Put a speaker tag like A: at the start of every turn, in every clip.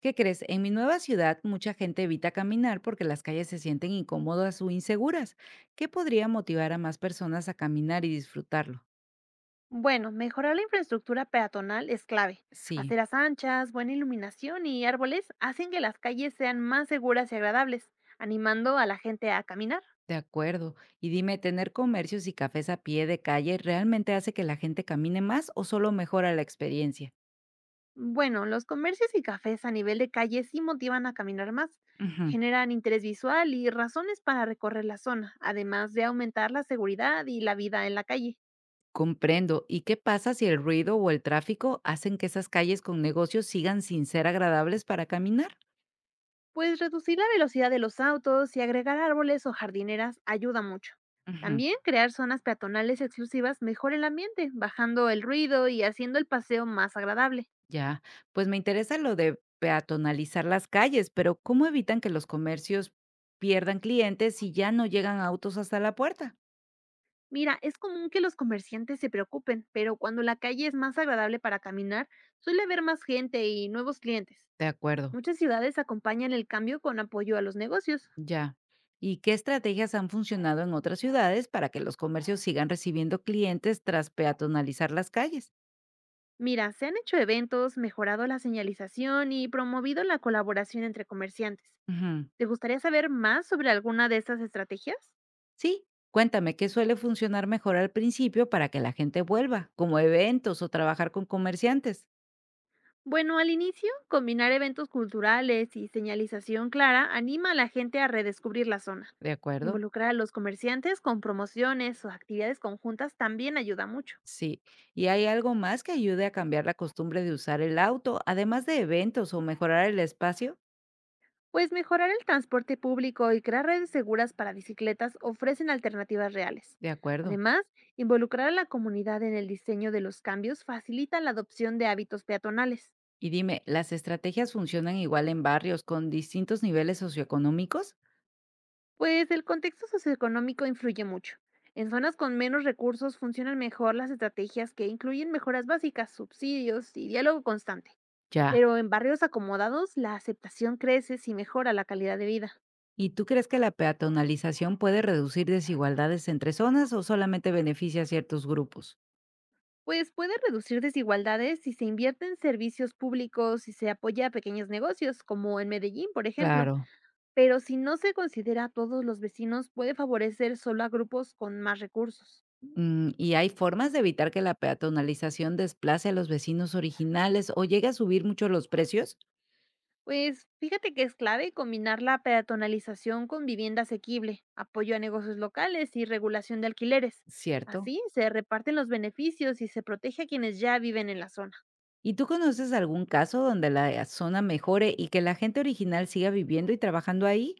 A: ¿Qué crees? En mi nueva ciudad mucha gente evita caminar porque las calles se sienten incómodas o inseguras. ¿Qué podría motivar a más personas a caminar y disfrutarlo?
B: Bueno, mejorar la infraestructura peatonal es clave.
A: Sí,
B: Aceras anchas, buena iluminación y árboles hacen que las calles sean más seguras y agradables, animando a la gente a caminar.
A: de acuerdo. Y dime, ¿tener comercios y cafés a pie de calle realmente hace que la gente camine más o solo mejora la experiencia?
B: Bueno, los comercios y cafés a nivel de calle sí motivan a caminar más,
A: Ujú.
B: generan interés visual y razones para recorrer la zona, además de aumentar la seguridad y la vida en la calle.
A: Comprendo. ¿Y qué pasa si el ruido o el tráfico hacen que esas calles con negocios sigan sin ser agradables para caminar?
B: Pues reducir la velocidad de los autos y agregar árboles o jardineras ayuda mucho. También crear zonas peatonales exclusivas mejora el ambiente, bajando el ruido y haciendo el paseo más agradable.
A: Ya, pues me interesa lo de peatonalizar las calles, pero ¿cómo evitan que los comercios pierdan clientes si ya no llegan autos hasta la puerta?
B: Mira, es común que los comerciantes se preocupen, pero cuando la calle es más agradable para caminar, suele haber más gente y nuevos clientes.
A: De acuerdo.
B: Muchas ciudades acompañan el cambio con apoyo a los negocios.
A: Ya. ¿Y qué estrategias han funcionado en otras ciudades para que los comercios sigan recibiendo clientes tras peatonalizar las calles?
B: Mira, se han hecho eventos, mejorado la señalización y promovido la colaboración entre comerciantes.
A: Ujú.
B: ¿Te gustaría saber más sobre alguna de estas estrategias?
A: Sí, cuéntame qué suele funcionar mejor al principio para que la gente vuelva, como eventos o trabajar con comerciantes.
B: Bueno, al inicio, combinar eventos culturales y señalización clara anima a la gente a redescubrir la zona.
A: De acuerdo.
B: Involucrar a los comerciantes con promociones o actividades conjuntas también ayuda mucho,
A: Sí, ¿y hay algo más que ayude a cambiar la costumbre de usar el auto, además de eventos o mejorar el espacio?
B: pues mejorar el transporte público y crear redes seguras para bicicletas ofrecen alternativas reales.
A: De acuerdo.
B: Además, involucrar a la comunidad en el diseño de los cambios facilita la adopción de hábitos peatonales.
A: Y dime, ¿las estrategias funcionan igual en barrios con distintos niveles socioeconómicos?
B: Pues el contexto socioeconómico influye mucho. En zonas con menos recursos funcionan mejor las estrategias que incluyen mejoras básicas, subsidios y diálogo constante.
A: Ya.
B: Pero en barrios acomodados, la aceptación crece si mejora la calidad de vida.
A: ¿Y tú crees que la peatonalización puede reducir desigualdades entre zonas o solamente beneficia a ciertos grupos?
B: Pues puede reducir desigualdades si se invierte en servicios públicos y se apoya a pequeños negocios, como en Medellín, por ejemplo.
A: Claro.
B: Pero si no se considera a todos los vecinos, puede favorecer solo a grupos con más recursos.
A: Mm, ¿y hay formas de evitar que la peatonalización desplace a los vecinos originales o llegue a subir mucho los precios?
B: Pues fíjate que es clave combinar la peatonalización con vivienda asequible, apoyo a negocios locales y regulación de alquileres.
A: Cierto.
B: Así se reparten los beneficios y se protege a quienes ya viven en la zona.
A: ¿Y tú conoces algún caso donde la zona mejore y que la gente original siga viviendo y trabajando ahí?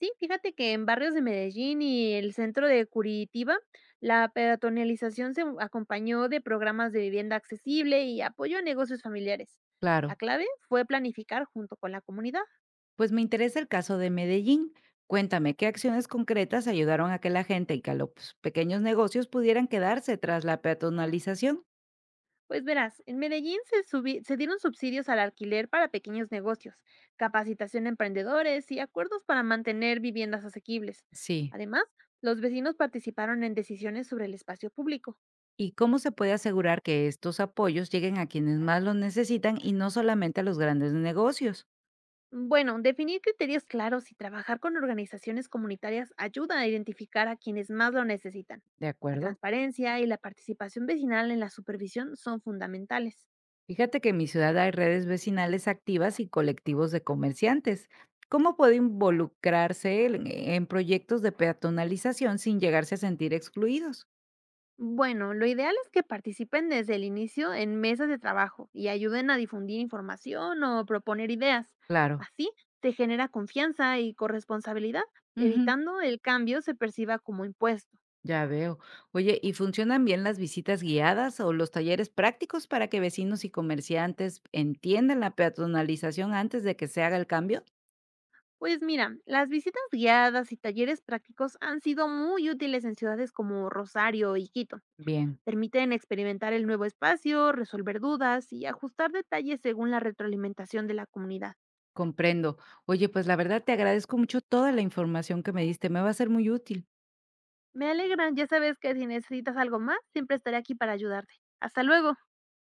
B: Sí, fíjate que en barrios de Medellín y el centro de Curitiba, la peatonalización se acompañó de programas de vivienda accesible y apoyo a negocios familiares. La
A: Claro.
B: clave fue planificar junto con la comunidad.
A: Pues me interesa el caso de Medellín. Cuéntame, ¿qué acciones concretas ayudaron a que la gente y que los pues, pequeños negocios pudieran quedarse tras la peatonalización?
B: Pues verás, en Medellín se dieron subsidios al alquiler para pequeños negocios, capacitación a emprendedores y acuerdos para mantener viviendas asequibles.
A: Sí.
B: Además, los vecinos participaron en decisiones sobre el espacio público.
A: ¿Y cómo se puede asegurar que estos apoyos lleguen a quienes más los necesitan y no solamente a los grandes negocios?
B: Bueno, definir criterios claros y trabajar con organizaciones comunitarias ayuda a identificar a quienes más lo necesitan.
A: De
B: La
A: acuerdo.
B: transparencia y la participación vecinal en la supervisión son fundamentales.
A: Fíjate que en mi ciudad hay redes vecinales activas y colectivos de comerciantes. ¿Cómo puede involucrarse en proyectos de peatonalización sin llegarse a sentir excluidos?
B: Bueno, lo ideal es que participen desde el inicio en mesas de trabajo y ayuden a difundir información o proponer ideas.
A: Claro,
B: Así se genera confianza y corresponsabilidad,
A: ujú,
B: evitando el cambio se perciba como impuesto.
A: ya veo. Oye, ¿y funcionan bien las visitas guiadas o los talleres prácticos para que vecinos y comerciantes entiendan la peatonalización antes de que se haga el cambio?
B: Pues mira, las visitas guiadas y talleres prácticos han sido muy útiles en ciudades como Rosario y Quito.
A: Bien,
B: Permiten experimentar el nuevo espacio, resolver dudas y ajustar detalles según la retroalimentación de la comunidad.
A: comprendo. Oye, pues la verdad te agradezco mucho toda la información que me diste, me va a ser muy útil.
B: Me alegran, ya sabes que si necesitas algo más, siempre estaré aquí para ayudarte. Hasta luego.